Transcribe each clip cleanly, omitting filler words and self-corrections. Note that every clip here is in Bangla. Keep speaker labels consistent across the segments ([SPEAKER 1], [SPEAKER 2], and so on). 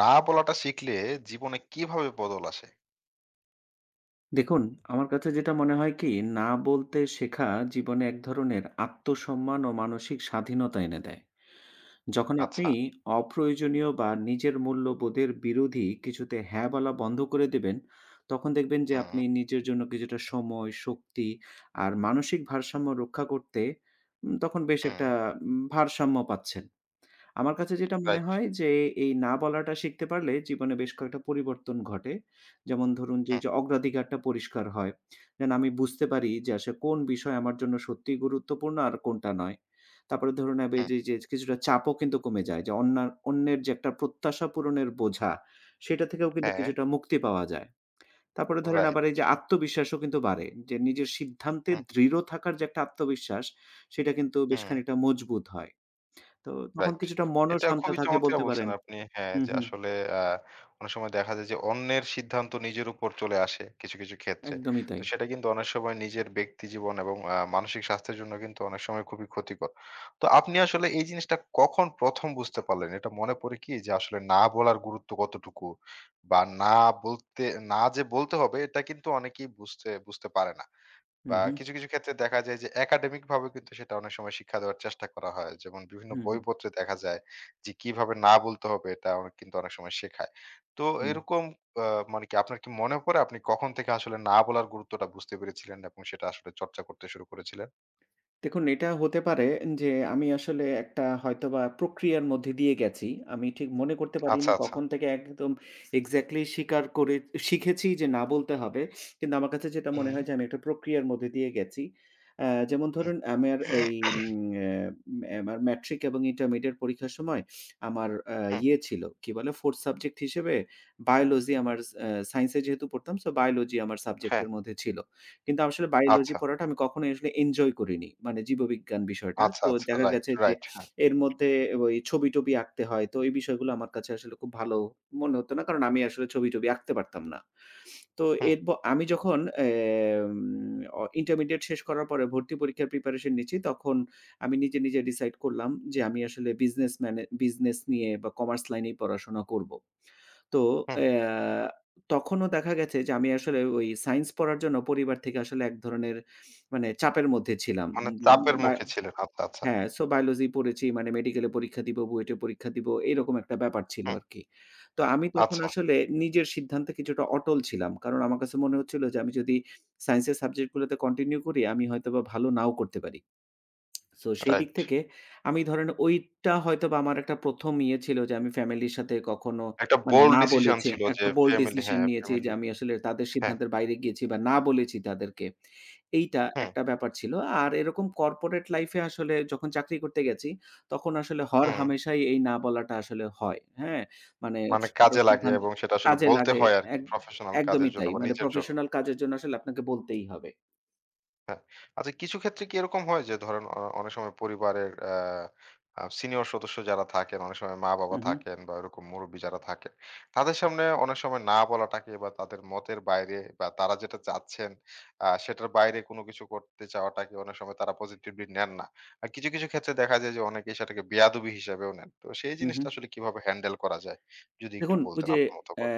[SPEAKER 1] না বলাটা শিখলে জীবনে কিভাবে বদল আসে?
[SPEAKER 2] দেখুন, আমার কাছে যেটা মনে হয় কি, না বলতে শেখা জীবনে এক ধরনের আত্মসম্মান ও মানসিক স্বাধীনতা এনে দেয়। যখন আপনি
[SPEAKER 1] আচ্ছা।
[SPEAKER 2] অপ্রয়োজনীয় বা নিজের মূল্যবোধের বিরোধী কিছুতে হ্যাঁ বলা বন্ধ করে দেবেন, তখন দেখবেন যে
[SPEAKER 1] হুম,
[SPEAKER 2] আপনি নিজের জন্য কিছুটা সময়, শক্তি আর মানসিক ভারসাম্য রক্ষা করতে তখন বেশ একটা
[SPEAKER 1] হুম,
[SPEAKER 2] ভারসাম্য পাচ্ছেন। আমার কাছে যেটা মনে
[SPEAKER 1] রাইট।
[SPEAKER 2] হয় যে, এই না বলাটা শিখতে পারলে জীবনে বেশ কয়েকটা পরিবর্তন ঘটে। যেমন ধরুন যে,
[SPEAKER 1] হুম,
[SPEAKER 2] এইযে অগ্রাধিকারটা পরিষ্কার হয়। দেন আমি বুঝতে পারি যে, আসলে কোন বিষয় আমার জন্য সত্যিই গুরুত্বপূর্ণ আর কোনটা নয়। তারপরে ধরুন আবে
[SPEAKER 1] হুম।
[SPEAKER 2] যে যে কিছুটা চাপও কিন্তু কমে যায়। যে অন্যের যে একটা প্রত্যাশা পূরণের বোঝা, সেটা থেকেও কিন্তু
[SPEAKER 1] হ্যাঁ,
[SPEAKER 2] কিছুটা মুক্তি পাওয়া যায়। তারপরে ধরেন
[SPEAKER 1] রাইট।
[SPEAKER 2] আবার এই যে আত্মবিশ্বাসও কিন্তু বাড়ে। যে নিজের সিদ্ধান্তে
[SPEAKER 1] হুম,
[SPEAKER 2] দৃঢ় থাকার যে একটা আত্মবিশ্বাস, সেটা কিন্তু বেশ
[SPEAKER 1] হুম।
[SPEAKER 2] খানিকটা মজবুত হয়। তো তখন
[SPEAKER 1] রাইট।
[SPEAKER 2] কিছুটা মনও
[SPEAKER 1] এটা
[SPEAKER 2] শান্ত
[SPEAKER 1] খুবই
[SPEAKER 2] থাকে
[SPEAKER 1] চমৎকার
[SPEAKER 2] বলতে
[SPEAKER 1] বলছেন
[SPEAKER 2] পারেন।
[SPEAKER 1] আপনি। হ্যাঁ,
[SPEAKER 2] হু,
[SPEAKER 1] যে
[SPEAKER 2] হু।
[SPEAKER 1] আসলে আ অনেক সময় দেখা যায় যে অন্যের সিদ্ধান্ত নিজের উপর চলে আসে কিছু, কিছু ক্ষেত্রে।
[SPEAKER 2] একদমই
[SPEAKER 1] তো
[SPEAKER 2] তাই।
[SPEAKER 1] সেটা কিন্তু অনেক সময় নিজের ব্যক্তি জীবন এবং মানসিক স্বাস্থ্যের জন্য কিন্তু অনেক সময় খুবই ক্ষতিকর। তো আপনি আসলে এই জিনিসটা কখন ১ম বুঝতে পারলেন? এটা মনে পড়ে কি যে আসলে না বলার গুরুত্ব কতটুকু? বা না বলতে না যে বলতে হবে এটা কিন্তু অনেকেই বুঝতে বুঝতে পারে না।
[SPEAKER 2] হু,
[SPEAKER 1] বা
[SPEAKER 2] হু,
[SPEAKER 1] কিছু, কিছু ক্ষেত্রে দেখা যায় যে একাডেমিক ভাবেও কিন্তু সেটা অনেক সময় শিক্ষা দেওয়ার চেষ্টা করা হয়। যেমন বিভিন্ন
[SPEAKER 2] হু, হু,
[SPEAKER 1] বইপত্রে দেখা যায় যে কিভাবে না বলতে হবে এটা অনেক কিন্তু অনেক সময় শেখায়। তো
[SPEAKER 2] হু।
[SPEAKER 1] এরকম আ মানে কি আপনার কি মনে পড়ে আপনি কখন থেকে আসলে না বলার গুরুত্বটা বুঝতে পেরেছিলেন এবং সেটা আসলে চর্চা করতে শুরু করেছিলেন?
[SPEAKER 2] দেখুন, এটা হতে পারে যে আমি আসলে একটা হয়তোবা প্রক্রিয়ার মধ্যে দিয়ে গেছি। আমি ঠিক মনে করতে পারি
[SPEAKER 1] আচ্ছা,
[SPEAKER 2] না
[SPEAKER 1] আচ্ছা।
[SPEAKER 2] কখন থেকে একদম এক্সাক্টলি স্বীকার করে শিখেছি যে না বলতে হবে। কিন্তু আমার কাছে যেটা মনে
[SPEAKER 1] হুম,
[SPEAKER 2] হয় যে আমি একটা প্রক্রিয়ার মধ্যে দিয়ে গেছি। যেমন
[SPEAKER 1] হুম,
[SPEAKER 2] ধরুন আমার এই উম আ আমার ম্যাট্রিক এবং ইন্টারমিডিয়েট পরীক্ষার সময় আমার
[SPEAKER 1] হুম,
[SPEAKER 2] ইয়ে ছিল, কি বলে 4th সাবজেক্ট হিসেবে বায়োলজি আমার সায়েন্সে যেহেতু পড়তাম সো বায়োলজি আমার
[SPEAKER 1] হ্যাঁ,
[SPEAKER 2] সাবজেক্টের মধ্যে ছিল। কিন্তু আসলে বায়োলজি
[SPEAKER 1] আচ্ছা,
[SPEAKER 2] পড়াটা আমি কখনোই আসলে এনজয় করিনি। মানে জীববিজ্ঞান বিষয়টা।
[SPEAKER 1] আচ্ছা,
[SPEAKER 2] তো
[SPEAKER 1] আচ্ছা।
[SPEAKER 2] দেখা
[SPEAKER 1] রাইট,
[SPEAKER 2] গেছে যে
[SPEAKER 1] রাইট। হ্যাঁ,
[SPEAKER 2] এর মধ্যে ওই ছবি-টবি আঁকতে হয়। তো এই বিষয়গুলো আমার কাছে আসলে খুব ভালো মনে হতো না। কারণ আমি আসলে ছবি-টবি আঁকতে পারতাম না। তো
[SPEAKER 1] হুম,
[SPEAKER 2] এর প আমি যখন এম অ ইন্টারমিডিয়েট শেষ করার পরে ভর্তি পরীক্ষার প্রিপারেশন নিচ্ছি, তখন আমি নিজে, নিজে ডিসাইড করলাম যে আমি আসলে বিজনেস নিয়ে বা কমার্স লাইনেই পড়াশোনা করব। তো
[SPEAKER 1] হুম।
[SPEAKER 2] অ্যা তখনও দেখা গেছে যে আমি আসলে ওই সায়েন্স পড়ার জন্য পরিবার থেকে আসলে এক ধরনের মানে চাপের মধ্যে ছিলাম।
[SPEAKER 1] মানে
[SPEAKER 2] উম
[SPEAKER 1] চাপের
[SPEAKER 2] বা
[SPEAKER 1] মুখে ছিলেন। আচ্ছা, আচ্ছা।
[SPEAKER 2] হ্যাঁ, সো বায়োলজি পড়েছি মানে মেডিকেলে পরীক্ষা দিব, বুয়েটে পরীক্ষা দিব এরকম একটা ব্যাপার ছিল
[SPEAKER 1] হুম,
[SPEAKER 2] আরকি। তো আমি তখন
[SPEAKER 1] আচ্ছা।
[SPEAKER 2] আসলে নিজের সিদ্ধান্তে কিছুটা অটল ছিলাম। কারণ আমার কাছে মনে হচ্ছিল যে আমি যদি সায়েন্সের সাবজেক্ট গুলোতে কন্টিনিউ করি আমি হয়তোবা ভালো নাও করতে পারি। সো সেই দিক
[SPEAKER 1] রাইট।
[SPEAKER 2] থেকে আমি ধরেন ওইটা হয়তোবা আমার একটা ১ম ইয়ে ছিল যে আমি ফ্যামিলির সাথে কখনো
[SPEAKER 1] একটা
[SPEAKER 2] মানে
[SPEAKER 1] বোল্ড
[SPEAKER 2] না
[SPEAKER 1] ডিসিশন
[SPEAKER 2] বলেছি।
[SPEAKER 1] ছিল যে
[SPEAKER 2] একটা বোল্ড
[SPEAKER 1] ফ্যামিলি
[SPEAKER 2] ডিসিশন
[SPEAKER 1] হ্যাঁ,
[SPEAKER 2] নিয়েছি যে
[SPEAKER 1] ফ্যামিলি
[SPEAKER 2] আমি আসলে তাদের
[SPEAKER 1] হ্যাঁ,
[SPEAKER 2] সিদ্ধান্তের বাইরে গিয়েছি বা না বলেছি তাদেরকে। এইটা
[SPEAKER 1] হুম,
[SPEAKER 2] একটা ব্যাপার ছিল। আর এরকম কর্পোরেট লাইফ এ আসলে যখন চাকরি করতে গেছি তখন আসলে
[SPEAKER 1] হুম।
[SPEAKER 2] হরহামেশাই এই না বলাটা আসলে হয়। হ্যাঁ? মানে
[SPEAKER 1] মানে
[SPEAKER 2] কারো
[SPEAKER 1] কাজে লাগে
[SPEAKER 2] সিদ্ধান্ত
[SPEAKER 1] এবং সেটা আসলে
[SPEAKER 2] কাজে
[SPEAKER 1] বলতে
[SPEAKER 2] লাগে।
[SPEAKER 1] হয় আরকি
[SPEAKER 2] এক
[SPEAKER 1] প্রফেশনাল কাজের
[SPEAKER 2] একদমই
[SPEAKER 1] জন্য
[SPEAKER 2] তাই।
[SPEAKER 1] বা
[SPEAKER 2] মানে
[SPEAKER 1] নিজের জন্য।
[SPEAKER 2] প্রফেশনাল কাজের জন্য আসলে আপনাকে বলতেই হবে।
[SPEAKER 1] হ্যাঁ। আচ্ছা কিছু ক্ষেত্রে কি এরকম হয় যে ধরেন অনেক সময় পরিবারের আ আ সিনিয়র সদস্য যারা থাকেন, অনেক সময়
[SPEAKER 2] হু,
[SPEAKER 1] মা-বাবা
[SPEAKER 2] হু,
[SPEAKER 1] থাকেন বা ওরকম মুরুব্বি যারা থাকেন, তাদের সামনে অনেক সময় না বলাটাকে বা তাদের মতের বাইরে বা তারা যেটা চাচ্ছেন সেটার বাইরে কোনো কিছু করতে চাওয়াটাকে অনেক সময় তারা পজিটিভলি নেন না। আর কিছু, কিছু ক্ষেত্রে দেখা যায় যে অনেকেই সেটাকে বেয়াদবি হিসেবেও নেন। তো সেই
[SPEAKER 2] হু, হু।
[SPEAKER 1] জিনিসটা আসলে কিভাবে হ্যান্ডেল করা যায়? যদি একটু
[SPEAKER 2] দেখুন, ওই
[SPEAKER 1] বলতেন
[SPEAKER 2] যে
[SPEAKER 1] আপনার মতো
[SPEAKER 2] অ্যা
[SPEAKER 1] করে।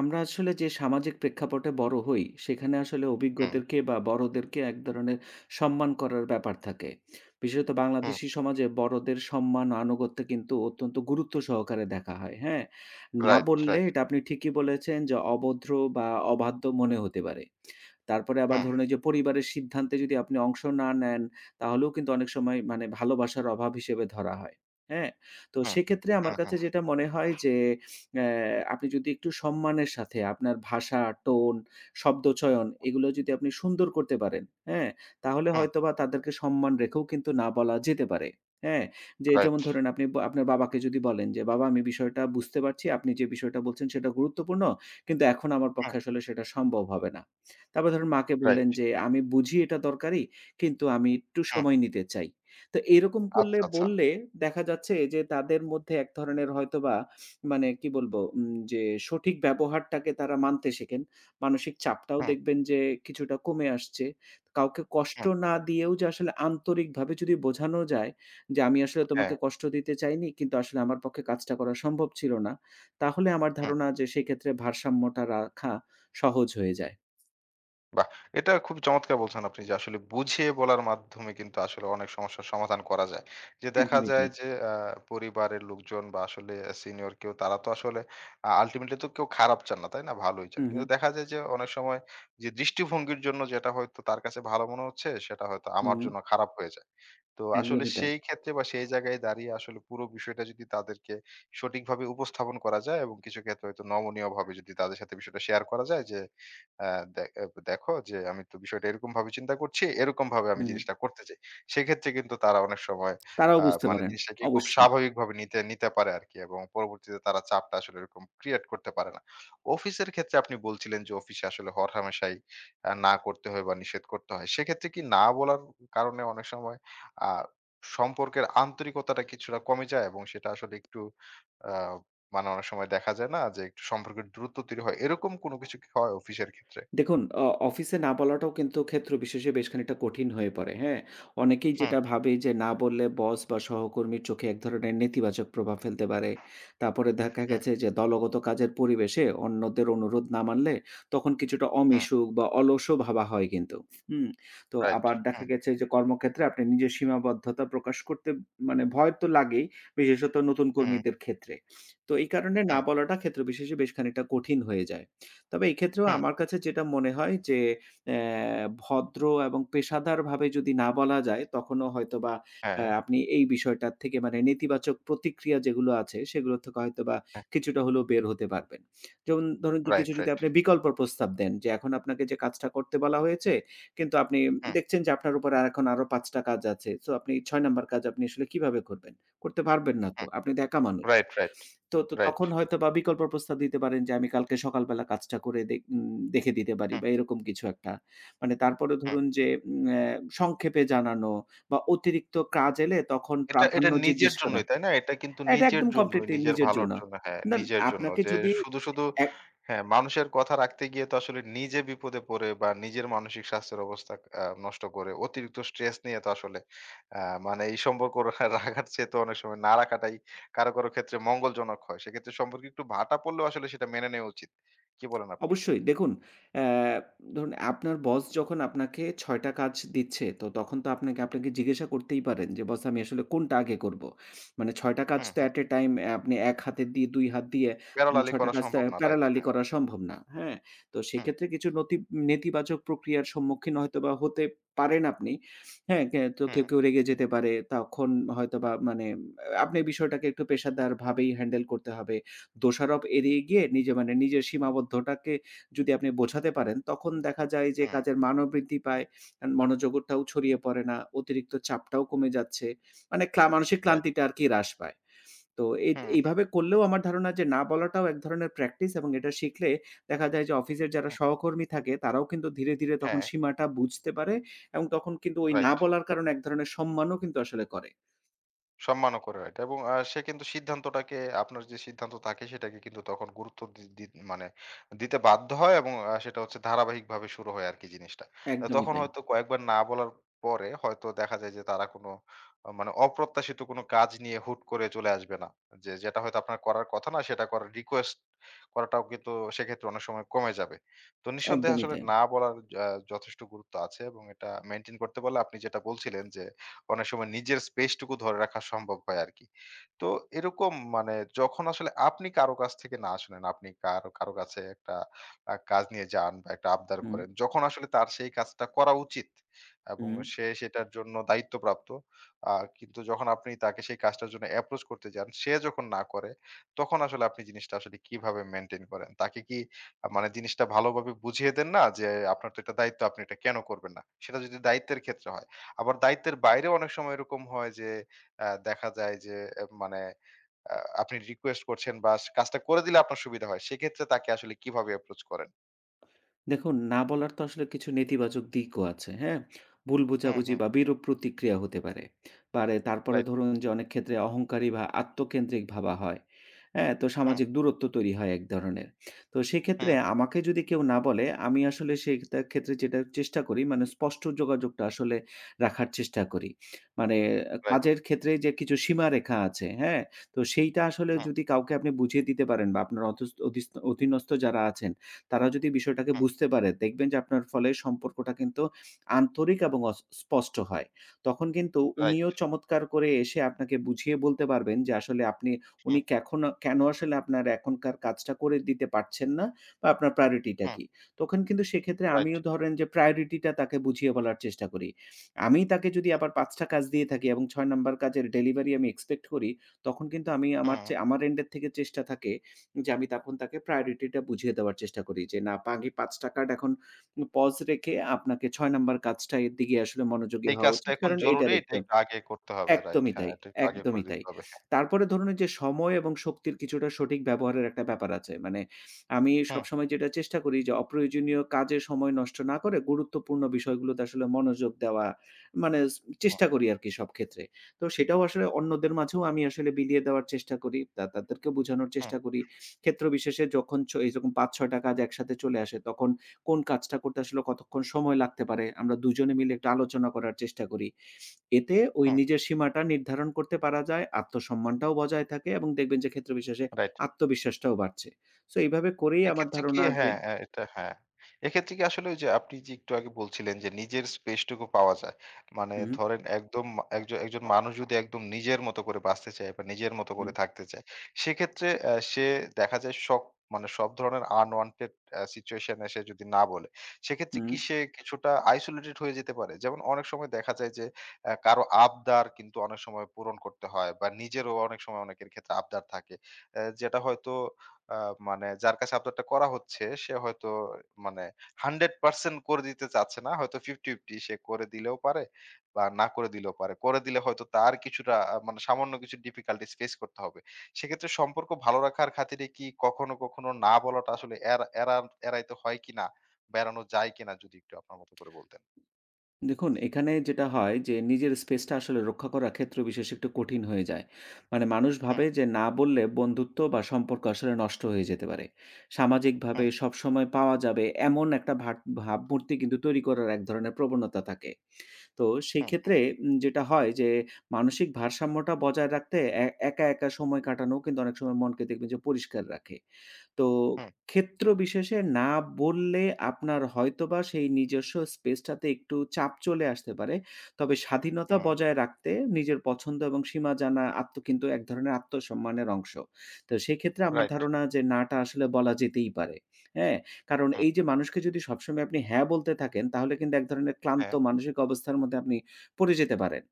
[SPEAKER 2] আমরা আসলে যে সামাজিক প্রেক্ষাপটে বড় হই, সেখানে আসলে
[SPEAKER 1] হুম,
[SPEAKER 2] অভিজ্ঞদেরকে বা বড়দেরকে এক ধরনের সম্মান করার ব্যাপার থাকে। বিশেষত
[SPEAKER 1] হুম।
[SPEAKER 2] বাংলাদেশী সমাজে বড়দের সম্মান, ও আনুগত্য কিন্তু অত্যন্ত গুরুত্ব সহকারে দেখা হয়, হ্যাঁ? না
[SPEAKER 1] রাইট,
[SPEAKER 2] বললে
[SPEAKER 1] রাইট।
[SPEAKER 2] এটা আপনি ঠিকই বলেছেন যে অভদ্র বা অবাধ্য মনে হতে পারে। তারপরে আবার
[SPEAKER 1] হুম,
[SPEAKER 2] ধরুন এই যে পরিবারের সিদ্ধান্তে যদি আপনি অংশ না নেন, তাহলেও কিন্তু অনেক সময় মানে ভালোবাসার অভাব হিসেবে ধরা হয়, হ্যাঁ? তো
[SPEAKER 1] হুম।
[SPEAKER 2] সেক্ষেত্রে
[SPEAKER 1] হুম,
[SPEAKER 2] আমার কাছে
[SPEAKER 1] হুম,
[SPEAKER 2] যেটা মনে হয় যে অ্যা আপনি যদি একটু সম্মানের সাথে আপনার ভাষা, টোন, শব্দচয়ন এগুলো যদি আপনি সুন্দর করতে পারেন, হ্যাঁ? তাহলে
[SPEAKER 1] হুম।
[SPEAKER 2] হয়তোবা তাদেরকে সম্মান রেখেও কিন্তু না বলা যেতে পারে। হ্যাঁ? যে
[SPEAKER 1] রাইট।
[SPEAKER 2] যেমন ধরেন আপনি বা আপনার বাবাকে যদি বলেন যে, "বাবা আমি বিষয়টা বুঝতে পারছি। আপনি যে বিষয়টা বলছেন সেটা গুরুত্বপূর্ণ। কিন্তু এখন আমার
[SPEAKER 1] হুম,
[SPEAKER 2] পক্ষে আসলে সেটা সম্ভব হবে না।" তারপর ধরেন মাকে
[SPEAKER 1] রাইট।
[SPEAKER 2] বললেন যে, "আমি বুঝি এটা দরকারি, কিন্তু আমি একটু
[SPEAKER 1] হুম,
[SPEAKER 2] সময় নিতে চাই।" তো এরকম করলে
[SPEAKER 1] আচ্ছা, আচ্ছা।
[SPEAKER 2] বললে দেখা যাচ্ছে যে তাদের মধ্যে এক ধরনের হয়তোবা মানে কি বলবো? যে সঠিক ব্যবহারটাকে তারা মানতে শেখেন। মানসিক চাপটাও
[SPEAKER 1] হুম,
[SPEAKER 2] দেখবেন যে কিছুটা কমে আসছে। কাউকে কষ্ট
[SPEAKER 1] হুম,
[SPEAKER 2] না দিয়েও যে আসলে আন্তরিকভাবে যদি বোঝানো যায় যে, "আমি আসলে
[SPEAKER 1] হ্যাঁ,
[SPEAKER 2] তোমাকে কষ্ট দিতে চাইনি, কিন্তু আসলে আমার পক্ষে কাজটা করা সম্ভব ছিল না।" তাহলে আমার
[SPEAKER 1] হুম।
[SPEAKER 2] ধারণা যে সেক্ষেত্রে ভারসাম্যটা রাখা সহজ হয়ে যায়।
[SPEAKER 1] বাহ! এটা খুবই চমৎকার বলছেন আপনি যে আসলে বুঝিয়ে বলার মাধ্যমে কিন্তু আসলে অনেক সমস্যার সমাধান করা যায়। যে
[SPEAKER 2] হুম।
[SPEAKER 1] দেখা
[SPEAKER 2] একদমই
[SPEAKER 1] যায়
[SPEAKER 2] তাই।
[SPEAKER 1] যে পরিবারের লোকজন বা আসলে সিনিয়র কেউ তারা তো আসলে আল্টিমেটলি তো কেউ খারাপ চান না, তাই না? ভালোই চান।
[SPEAKER 2] হুম,
[SPEAKER 1] কিন্তু
[SPEAKER 2] হুম,
[SPEAKER 1] দেখা যায় যে অনেক সময় যে দৃষ্টিভঙ্গির জন্য যেটা হয়তো তার কাছে ভালো মনে হচ্ছে সেটা হয়তো আমার
[SPEAKER 2] হুম,
[SPEAKER 1] জন্য খারাপ হয়ে যায়। তো আসলে
[SPEAKER 2] একদমই তাই।
[SPEAKER 1] সেই ক্ষেত্রে বা সেই জায়গায় দাঁড়িয়ে আসলে পুরো বিষয়টা যদি তাদেরকে সঠিকভাবে উপস্থাপন করা যায় এবং কিছু ক্ষেত্রে হয়তো নমনীয় ভাবে যদি তাদের সাথে বিষয়টা শেয়ার করা যায় যে দেখো যে আমি তো বিষয়টা এরকম ভাবে চিন্তা করছি এরকম ভাবে আমি
[SPEAKER 2] হুম,
[SPEAKER 1] জিনিসটা করতে চাই সেক্ষেত্রে কিন্তু তারা অনেক সময়
[SPEAKER 2] তারাও
[SPEAKER 1] আহ
[SPEAKER 2] বুঝতে
[SPEAKER 1] মানে
[SPEAKER 2] পারেন।
[SPEAKER 1] জিনিসটাকে খুব
[SPEAKER 2] অবশ্যই।
[SPEAKER 1] স্বাভাবিকভাবে নিতে নিতে পারে আর কি এবং পরবর্তীতে তারা চাপটা আসলে এরকম ক্রিয়েট করতে পারে না। অফিসের ক্ষেত্রে আপনি বলছিলেন যে অফিসে আসলে হরহামেশাই না করতে হয় বা নিষেধ করতে হয় সেক্ষেত্রে কি না বলার কারণে অনেক সময় আ সম্পর্কের আন্তরিকতাটা কিছুটা কমে যায় এবং সেটা আসলে একটু আ মানে অনেক সময় দেখা যায় না যে একটু সম্পর্কের দূরত্ব তৈরি হয়। এরকম কোনো কিছু কি হয় অফিসের ক্ষেত্রে?
[SPEAKER 2] দেখুন, অফিসে না বলাটাও কিন্তু ক্ষেত্র বিশেষে বেশ খানিকটা কঠিন হয়ে পড়ে, হ্যাঁ? অনেকেই
[SPEAKER 1] হুম,
[SPEAKER 2] যেটা ভাবে যে না বললে বস বা সহকর্মীর চোখে এক ধরনের নেতিবাচক প্রভাব ফেলতে পারে। তারপরে দেখা
[SPEAKER 1] হুম,
[SPEAKER 2] গেছে যে দলগত কাজের পরিবেশে অন্যদের অনুরোধ না মানলে তখন কিছুটা
[SPEAKER 1] হুম,
[SPEAKER 2] অমিশুক বা অলসও ভাবা হয় কিন্তু। হুম? তো
[SPEAKER 1] রাইট।
[SPEAKER 2] আবার দেখা
[SPEAKER 1] হুম,
[SPEAKER 2] গেছে যে কর্মক্ষেত্রে আপনি নিজের সীমাবদ্ধতা প্রকাশ করতে মানে ভয় তো লাগেই, বিশেষত নতুন
[SPEAKER 1] হুম,
[SPEAKER 2] কর্মীদের ক্ষেত্রে। তো এই কারণে না
[SPEAKER 1] হুম,
[SPEAKER 2] বলাটা ক্ষেত্র বিশেষে বেশ খানিকটা কঠিন হয়ে যায়। তবে এক্ষেত্রেও
[SPEAKER 1] হুম,
[SPEAKER 2] আমার কাছে যেটা মনে হয় যে অ্যা ভদ্র এবং পেশাদারভাবে যদি না বলা যায়, তখনও হয়তোবা
[SPEAKER 1] হ্যাঁ,
[SPEAKER 2] আপনি এই বিষয়টার থেকে মানে নেতিবাচক প্রতিক্রিয়া যেগুলো আছে, সেগুলো থেকে হয়তোবা
[SPEAKER 1] হ্যাঁ,
[SPEAKER 2] কিছুটা হলেও বের হতে পারবেন। যেমন ধরুন যে
[SPEAKER 1] রাইট,
[SPEAKER 2] কিছু যদি
[SPEAKER 1] রাইট।
[SPEAKER 2] আপনি বিকল্প প্রস্তাব দেন যে, এখন আপনাকে যে কাজটা করতে বলা হয়েছে, কিন্তু আপনি
[SPEAKER 1] হুম,
[SPEAKER 2] দেখছেন যে আপনার উপর আর এখন আরো ৫ টা কাজ আছে। সো আপনি ৬ নাম্বার কাজ আপনি আসলে কিভাবে করবেন? করতে পারবেন না তো।
[SPEAKER 1] হুম,
[SPEAKER 2] আপনি তো একা মানুষ।
[SPEAKER 1] রাইট, রাইট,
[SPEAKER 2] তো
[SPEAKER 1] রাইট।
[SPEAKER 2] তখন হয়তোবা বিকল্প প্রস্তাব দিতে পারেন যে, "আমি কালকে সকালবেলা কাজটা করে দে উম দেখে দিতে পারি"
[SPEAKER 1] হুম,
[SPEAKER 2] বা এরকম কিছু একটা। মানে তারপরে
[SPEAKER 1] হুম।
[SPEAKER 2] ধরুন যে উম অ্যা সংক্ষেপে জানানো বা অতিরিক্ত কাজ এলে তখন
[SPEAKER 1] এটা এটা
[SPEAKER 2] প্রাধান্য
[SPEAKER 1] নিজের
[SPEAKER 2] জিজ্ঞেস করা।
[SPEAKER 1] জন্যই, তাই না? এটা কিন্তু
[SPEAKER 2] এটা
[SPEAKER 1] নিজের
[SPEAKER 2] একদম
[SPEAKER 1] জন্যই,
[SPEAKER 2] কমপ্লিটলি
[SPEAKER 1] নিজের
[SPEAKER 2] নিজের
[SPEAKER 1] ভালোর
[SPEAKER 2] জন্য।
[SPEAKER 1] জন্য। হ্যাঁ,
[SPEAKER 2] না,
[SPEAKER 1] নিজের জন্য।
[SPEAKER 2] আপনাকে
[SPEAKER 1] যে
[SPEAKER 2] যদি
[SPEAKER 1] শুধু, শুধু
[SPEAKER 2] এ
[SPEAKER 1] হ্যাঁ, মানুষের কথা রাখতে গিয়ে তো আসলে নিজে বিপদে পড়ে বা নিজের মানসিক স্বাস্থ্যের অবস্থা নষ্ট করে অতিরিক্ত স্ট্রেস নিয়ে তো আসলে আ মানে এই সম্পর্ক রাখার চেয়ে তো অনেক সময় না রাখাটাই কারো, কারো ক্ষেত্রে মঙ্গলজনক হয়। সেক্ষেত্রে সম্পর্কে একটু ভাটা পড়লেও আসলে সেটা মেনে নেওয়া উচিত। কি বলেন আপনি?
[SPEAKER 2] অবশ্যই। দেখুন, অ্যা ধরুন আপনার বস যখন আপনাকে ৬ টা কাজ দিচ্ছে, তো তখন তো আপনাকে আপনাকে জিজ্ঞাসা করতেই পারেন যে, "বস আমি আসলে কোনটা আগে করব?" মানে ৬ টা কাজ
[SPEAKER 1] হুম,
[SPEAKER 2] তো
[SPEAKER 1] হুম।
[SPEAKER 2] এট এ টাইম আপনি ১ হাতে দিয়ে ২ হাত দিয়ে আপনি
[SPEAKER 1] প্যারালালি
[SPEAKER 2] ৬ টা
[SPEAKER 1] করা
[SPEAKER 2] কাজ তো
[SPEAKER 1] সম্ভব না। রাইট
[SPEAKER 2] প্যারালালি
[SPEAKER 1] হ্যাঁ।
[SPEAKER 2] করা সম্ভব না। হ্যাঁ? তো
[SPEAKER 1] হুম,
[SPEAKER 2] সেক্ষেত্রে কিছু নেতিবাচক প্রক্রিয়ার সম্মুখীন হয়তোবা হতে পারেন আপনি। হ্যাঁ? কে তো
[SPEAKER 1] হুম,
[SPEAKER 2] কেউ, কেউ রেগে যেতে পারে। তখন হয়তোবা মানে আপনি বিষয়টাকে একটু পেশাদারভাবেই হ্যান্ডেল করতে হবে। দোষারোপ এড়িয়ে গিয়ে নিজে মানে নিজের সীমাবদ্ধটাকে যদি আপনি বোঝাতে পারেন, তখন দেখা যায় যে
[SPEAKER 1] হুম।
[SPEAKER 2] কাজের মানও বৃদ্ধি পায়, মনোযোগটাও ছড়িয়ে পড়ে না, অতিরিক্ত চাপটাও কমে যাচ্ছে। মানে মানসিক
[SPEAKER 1] রাইট।
[SPEAKER 2] ক্লান্তিটা আরকি হ্রাস পায়। তো
[SPEAKER 1] হুম, হুম,
[SPEAKER 2] এইভাবে করলেও আমার ধারণা যে না বলাটাও এক ধরনের প্র্যাকটিস এবং এটা শিখলে দেখা যায় যে অফিসের যারা
[SPEAKER 1] হুম।
[SPEAKER 2] সহকর্মী থাকে তারাও কিন্তু ধীরে, ধীরে তখন
[SPEAKER 1] হ্যাঁ,
[SPEAKER 2] সীমাটা বুঝতে পারে এবং তখন কিন্তু ওই না
[SPEAKER 1] রাইট।
[SPEAKER 2] বলার কারণে এক ধরনের সম্মানও কিন্তু আসলে করে।
[SPEAKER 1] সম্মানও করে এটা এবং সে কিন্তু সিদ্ধান্তটাকে আপনার যে সিদ্ধান্ত থাকে সেটাকে কিন্তু তখন গুরুত্ব দি দি মানে দিতে বাধ্য হয় এবং সেটা হচ্ছে ধারাবাহিকভাবে শুরু হয় আরকি জিনিসটা।
[SPEAKER 2] একদমই
[SPEAKER 1] তখন
[SPEAKER 2] তাই,
[SPEAKER 1] হয়তো কয়েকবার না বলার পরে হয়তো দেখা যায় যে তারা কোনো আ মানে অপ্রত্যাশিত কোনো কাজ নিয়ে হুট করে চলে আসবে না। যে যেটা হয়তো আপনার করার কথা না সেটা করার রিকোয়েস্ট করাটাও কিন্তু সেক্ষেত্রে অনেক সময় কমে যাবে। তো নিঃসন্দেহে
[SPEAKER 2] একদমই
[SPEAKER 1] আসলে
[SPEAKER 2] তাই।
[SPEAKER 1] না বলার আ যথেষ্ট গুরুত্ব আছে এবং এটা মেইনটেইন করতে পারলে আপনি যেটা বলছিলেন যে অনেক সময় নিজের স্পেসটুকু ধরে রাখা সম্ভব হয় আরকি। তো এরকম মানে যখন আসলে আপনি কারো কাছ থেকে না শোনেন, আপনি কারো কারো কাছে একটা কাজ নিয়ে যান বা একটা আবদার
[SPEAKER 2] হুম,
[SPEAKER 1] করেন, যখন আসলে তার সেই কাজটা করা উচিত এবং
[SPEAKER 2] হুম।
[SPEAKER 1] সে সেটার জন্য দায়িত্বপ্রাপ্ত। আ কিন্তু যখন আপনি তাকে সেই কাজটার জন্য অ্যাপ্রোচ করতে যান, সে যখন না করে, তখন আসলে আপনি জিনিসটা আসলে কিভাবে মেইনটেইন করেন? তাকে কি আ মানে জিনিসটা ভালোভাবে বুঝিয়ে দেন না যে, "আপনার তো এটা দায়িত্ব, আপনি এটা কেন করবেন না?" সেটা যদি দায়িত্বের ক্ষেত্রে হয়। আবার দায়িত্বের বাইরে অনেক সময় এরকম হয় যে দেখা যায় যে এ মানে আ আপনি রিকোয়েস্ট করছেন বা কাজটা করে দিলে আপনার সুবিধা হয়। সেক্ষেত্রে তাকে আসলে কিভাবে অ্যাপ্রোচ করেন?
[SPEAKER 2] দেখুন, না বলার তো আসলে কিছু নেতিবাচক দিকও আছে, হ্যাঁ? ভুল
[SPEAKER 1] হুম,
[SPEAKER 2] বোঝাবুঝি
[SPEAKER 1] হুম।
[SPEAKER 2] বা বিরূপ প্রতিক্রিয়া হতে পারে। পারে তারপরে
[SPEAKER 1] রাইট।
[SPEAKER 2] ধরুন যে অনেক ক্ষেত্রে অহংকারী বা আত্মকেন্দ্রিক ভাবা হয়। হ্যাঁ? তো
[SPEAKER 1] হুম,
[SPEAKER 2] সামাজিক দূরত্ব তৈরি হয় এক ধরনের। তো
[SPEAKER 1] হুম,
[SPEAKER 2] সেক্ষেত্রে
[SPEAKER 1] হুম।
[SPEAKER 2] আমাকে যদি কেউ না বলে আমি আসলে সেইটার ক্ষেত্রে যেটা চেষ্টা করি মানে স্পষ্ট যোগাযোগটা আসলে রাখার চেষ্টা করি। মানে
[SPEAKER 1] রাইট।
[SPEAKER 2] কাজের ক্ষেত্রে যে কিছু সীমারেখা আছে, হ্যাঁ? তো সেইটা আসলে
[SPEAKER 1] হুম,
[SPEAKER 2] যদি কাউকে আপনি বুঝিয়ে দিতে পারেন বা আপনার অধস অধিস অধীনস্থ যারা আছেন তারা যদি বিষয়টাকে
[SPEAKER 1] হুম।
[SPEAKER 2] বুঝতে পারে, দেখবেন যে আপনার ফলে সম্পর্কটা কিন্তু আন্তরিক এবং স্পষ্ট হয়। তখন কিন্তু
[SPEAKER 1] রাইট।
[SPEAKER 2] উনিও চমৎকার করে এসে আপনাকে বুঝিয়ে বলতে পারবেন যে আসলে আপনি
[SPEAKER 1] হুম,
[SPEAKER 2] উনি কেখন কেন আসলে আপনার এখনকার কাজটা করে দিতে পারছেন না বা আপনার প্রায়োরিটিটা
[SPEAKER 1] হুম।
[SPEAKER 2] কি? তখন কিন্তু সেক্ষেত্রে
[SPEAKER 1] রাইট।
[SPEAKER 2] আমিও ধরেন যে প্রায়োরিটিটা তাকে বুঝিয়ে বলার চেষ্টা করি। আমি তাকে যদি আবার ৫ টা কাজ দিয়ে থাকি এবং ৬ নাম্বার কাজের ডেলিভারি আমি এক্সপেক্ট করি, তখন কিন্তু আমি
[SPEAKER 1] হুম।
[SPEAKER 2] আমার এন্ড এর থেকে চেষ্টা থাকে যে আমি তখন তাকে প্রায়োরিটিটা বুঝিয়ে দেওয়ার চেষ্টা করি যে না আগে ৳৫ এখন পজ রেখে আপনাকে ৬ নাম্বার কাজটা এর দিকে আসলে মনোযোগী
[SPEAKER 1] এই
[SPEAKER 2] হওয়া
[SPEAKER 1] কাজটা
[SPEAKER 2] উচিত।
[SPEAKER 1] এখন
[SPEAKER 2] কারণ
[SPEAKER 1] জরুরি।
[SPEAKER 2] এইটার
[SPEAKER 1] এটা
[SPEAKER 2] একটু
[SPEAKER 1] একটু আগে করতে হবে। রাইট।
[SPEAKER 2] একদমই
[SPEAKER 1] হ্যাঁ,
[SPEAKER 2] তাই,
[SPEAKER 1] এটা একটু আগে করে
[SPEAKER 2] একদমই
[SPEAKER 1] দিতে
[SPEAKER 2] তাই।
[SPEAKER 1] হবে। হ্যাঁ।
[SPEAKER 2] তারপরে ধরুন ওই যে সময় এবং শক্তির কিছুটা সঠিক ব্যবহারের একটা ব্যাপার আছে। মানে আমি
[SPEAKER 1] হুম,
[SPEAKER 2] সবসময় যেটা চেষ্টা করি যে অপ্রয়োজনীয় কাজে সময় নষ্ট না করে গুরুত্বপূর্ণ বিষয়গুলোতে আসলে মনোযোগ দেওয়া মানে
[SPEAKER 1] হুম,
[SPEAKER 2] চেষ্টা করি আরকি সব ক্ষেত্রে। তো সেটাও আসলে অন্যদের মাঝেও আমি আসলে বিলিয়ে দেওয়ার চেষ্টা করি। তাদেরকে বোঝানোর
[SPEAKER 1] হুম,
[SPEAKER 2] চেষ্টা করি। ক্ষেত্র বিশেষে যখন এইরকম ৫-৬ টা কাজ একসাথে চলে আসে তখন কোন কাজটা করতে আসলে কতক্ষণ সময় লাগতে পারে আমরা দুজনে মিলে একটা আলোচনা করার চেষ্টা করি। এতে ওই
[SPEAKER 1] হুম।
[SPEAKER 2] নিজের সীমাটা নির্ধারণ করতে পারা যায়, আত্মসম্মানটাও বজায় থাকে এবং দেখবেন যে ক্ষেত্রবিশেষে
[SPEAKER 1] রাইট।
[SPEAKER 2] আত্মবিশ্বাসটাও বাড়ছে। সো এইভাবে করেই আমার
[SPEAKER 1] এক্ষেত্রে কি
[SPEAKER 2] ধারণা যে
[SPEAKER 1] হ্যাঁ, এটা হ্যাঁ। এক্ষেত্রে কি আসলে ওই যে আপনি যে একটু আগে বলছিলেন যে নিজের স্পেসটুকু পাওয়া যায়। মানে
[SPEAKER 2] হুম,
[SPEAKER 1] ধরেন একদম একজন একজন মানুষ যদি একদম নিজের মতো করে বাঁচতে চায় বা নিজের মতো
[SPEAKER 2] হুম,
[SPEAKER 1] করে থাকতে চায়, সেক্ষেত্রে সে দেখা যায় সব মানে সব ধরনের আনওয়ান্টেড সিচুয়েশন এ সে যদি না বলে, সেক্ষেত্রে
[SPEAKER 2] হুম।
[SPEAKER 1] কি সে কিছুটা আইসোলেটেড হয়ে যেতে পারে? যেমন অনেক সময় দেখা যায় যে কারো আবদার কিন্তু অনেক সময় পূরণ করতে হয় বা নিজেরও অনেক সময় অনেকের ক্ষেত্রে আবদার থাকে। যেটা হয়তো আ মানে যার কাছে আপলোডটা করা হচ্ছে সে হয়তো মানে 100% করে দিতে চাচ্ছে না। হয়তো 50-50 সে করে দিলেও পারে বা না করে দিলেও পারে। করে দিলে হয়তো তার কিছুটা আ মানে সামান্য কিছু ডিফিকাল্টিজ ফেস করতে হবে। সেক্ষেত্রে সম্পর্ক ভালো রাখার খাতিরে কি কখনো, কখনো না বলাটা আসলে এড়া এড়া এড়াইতে হয় কিনা বা এড়ানো যায় কিনা যদি একটু আপনার মতো করে বলতেন?
[SPEAKER 2] দেখুন এখানে যেটা হয় যে নিজের স্পেসটা আসলে রক্ষা করা ক্ষেত্রবিশেষে একটু কঠিন হয়ে যায়। মানে মানুষ
[SPEAKER 1] হুম,
[SPEAKER 2] ভাবে যে না বললে বন্ধুত্ব বা সম্পর্ক আসলে নষ্ট হয়ে যেতে পারে। সামাজিকভাবে
[SPEAKER 1] হুম,
[SPEAKER 2] সবসময় পাওয়া যাবে এমন একটা ভাবমূর্তি কিন্তু তৈরি করার এক ধরনের প্রবণতা থাকে। তো সেই
[SPEAKER 1] হুম,
[SPEAKER 2] ক্ষেত্রে যেটা হয় যে মানসিক ভারসাম্যটা বজায় রাখতে একা, একা সময় কাটানো কিন্তু অনেক সময় মনকে দেখবেন যে পরিষ্কার রাখে। তো
[SPEAKER 1] হুম,
[SPEAKER 2] ক্ষেত্র বিশেষে না বললে আপনার হয়তোবা সেই নিজস্ব স্পেসটাতে একটু চাপ চলে আসতে পারে। তবে স্বাধীনতা
[SPEAKER 1] হুম।
[SPEAKER 2] বজায় রাখতে নিজের পছন্দ এবং সীমা জানা কিন্তু এক ধরনের আত্মসম্মানের অংশ। তো সেক্ষেত্রে আমার
[SPEAKER 1] রাইট।
[SPEAKER 2] ধারণা যে না টা আসলে বলা যেতেই পারে। হ্যাঁ? কারণ
[SPEAKER 1] হুম।
[SPEAKER 2] এই যে মানুষকে যদি সবসময় আপনি হ্যাঁ বলতে থাকেন তাহলে কিন্তু এক ধরনের ক্লান্ত
[SPEAKER 1] হ্যাঁ।
[SPEAKER 2] মানসিক অবস্থার মধ্যে আপনি পড়ে যেতে পারেন।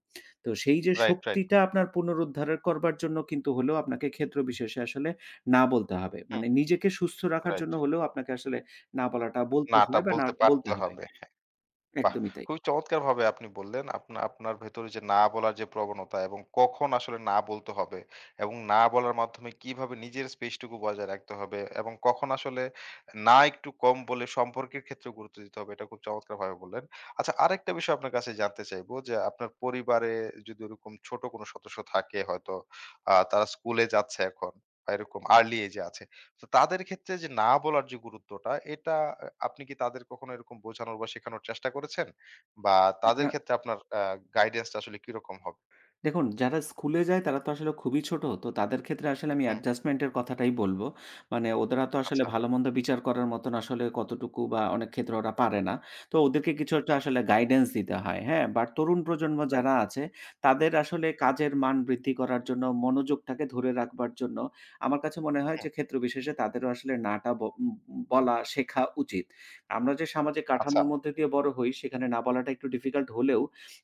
[SPEAKER 2] তো সেই যে
[SPEAKER 1] রাইট, রাইট।
[SPEAKER 2] শক্তিটা আপনার পুনরুদ্ধার করবার জন্য কিন্তু হলেও আপনাকে ক্ষেত্র বিশেষে আসলে না বলতে হবে।
[SPEAKER 1] হুম,
[SPEAKER 2] মানে নিজেকে সুস্থ রাখার
[SPEAKER 1] রাইট।
[SPEAKER 2] জন্য হলেও আপনাকে আসলে না বলাটা বলতে
[SPEAKER 1] না টা
[SPEAKER 2] হয় বা না
[SPEAKER 1] বলতে
[SPEAKER 2] বলতে
[SPEAKER 1] পারতে
[SPEAKER 2] হবে।
[SPEAKER 1] হবে। বাহ!
[SPEAKER 2] একদমই তাই।
[SPEAKER 1] খুবই চমৎকারভাবে আপনি বললেন। আপনার ভেতরে যে না বলার যে প্রবণতা এবং কখন আসলে না বলতে হবে এবং না বলার মাধ্যমে কিভাবে নিজের স্পেসটুকু বজায় রাখতে হবে এবং কখন আসলে না একটু কম বলে সম্পর্কের ক্ষেত্রে গুরুত্ব দিতে হবে, এটা খুব চমৎকারভাবে বললেন। আচ্ছা, আরেকটা বিষয় আপনার কাছে জানতে চাইবো যে আপনার পরিবারে যদি ওরকম ছোট কোনো সদস্য থাকে হয়তো তারা স্কুলে যাচ্ছে এখন বা এরকম আর্লি এজে আছে। তো তাদের ক্ষেত্রে যে না বলার যে গুরুত্বটা এটা আপনি কি তাদের কখনো এরকম বোঝানোর বা শেখানোর চেষ্টা করেছেন? বা তাদের ক্ষেত্রে আপনার গাইডেন্স টা আসলে কিরকম হবে?
[SPEAKER 2] দেখুন, যারা স্কুলে যায় তারা তো আসলে খুবই ছোট। তো তাদের ক্ষেত্রে আসলে আমি
[SPEAKER 1] হুম,
[SPEAKER 2] অ্যাডজাস্টমেন্ট এর কথাটাই বলব। মানে ওদেরা তো আসলে
[SPEAKER 1] আচ্ছা,
[SPEAKER 2] ভালো-মন্দ বিচার করার মতন আসলে কতটুকু বা অনেক ক্ষেত্রে ওরা পারে না। তো ওদেরকে কিছু একটা
[SPEAKER 1] হুম,
[SPEAKER 2] আসলে গাইডেন্স দিতে হয়, হ্যাঁ? বাট তরুণ প্রজন্ম
[SPEAKER 1] রাইট,
[SPEAKER 2] যারা আছে তাদের আসলে
[SPEAKER 1] হুম,
[SPEAKER 2] কাজের মান বৃদ্ধি করার জন্য, মনোযোগটাকে ধরে রাখবার জন্য আমার কাছে মনে হয়
[SPEAKER 1] হুম,
[SPEAKER 2] যে ক্ষেত্র বিশেষে তাদেরও আসলে না টা ব উম বলা শেখা উচিত। আমরা যে সামাজিক
[SPEAKER 1] আচ্ছা,
[SPEAKER 2] কাঠামোর মধ্যে দিয়ে বড় হই সেখানে না বলাটা একটু ডিফিকাল্ট হলেও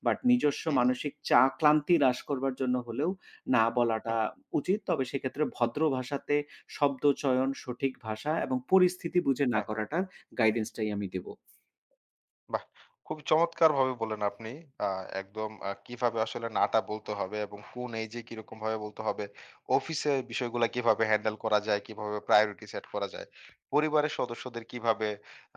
[SPEAKER 2] বাট নিজস্ব
[SPEAKER 1] হুম,
[SPEAKER 2] মানসিক ক্লান্তি হ্রাস করবার জন্য হলেও না
[SPEAKER 1] হুম,
[SPEAKER 2] বলাটা উচিত। তবে সেক্ষেত্রে ভদ্র ভাষাতে শব্দচয়ন, সঠিক ভাষা এবং পরিস্থিতি বুঝে না
[SPEAKER 1] হ্যাঁ।
[SPEAKER 2] করাটার গাইডেন্সটাই আমি দেব।
[SPEAKER 1] বাহ! খুবই চমৎকারভাবে বললেন আপনি। আ একদম কিভাবে আসলে না টা বলতে হবে এবং কোন এজে কিরকমভাবে বলতে হবে। অফিসে বিষয়গুলা কিভাবে হ্যান্ডেল করা যায়, কিভাবে প্রায়োরিটি সেট করা যায়। পরিবারের সদস্যদের কিভাবে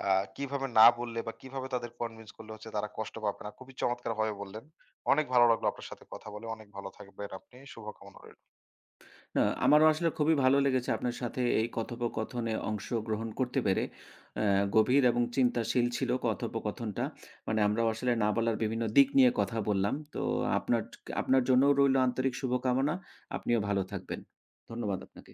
[SPEAKER 1] আ কিভাবে না বললে বা কিভাবে তাদের কনভিন্স করলে হচ্ছে তারা কষ্ট পাবে না। খুবই চমৎকারভাবে বললেন। অনেক ভালো লাগলো আপনার সাথে কথা বলে। অনেক ভালো থাকবেন আপনি। শুভকামনা রইল।
[SPEAKER 2] না, আমারও আসলে খুবই ভালো লেগেছে আপনার সাথে এই কথোপকথনে অংশগ্রহণ করতে পেরে। অ্যা গভীর এবং চিন্তাশীল ছিল কথোপকথনটা। মানে আমরাও আসলে না বলার বিভিন্ন দিক নিয়ে কথা বললাম। তো আপনার আপনার জন্যও রইল আন্তরিক শুভকামনা। আপনিও ভালো থাকবেন। ধন্যবাদ আপনাকে।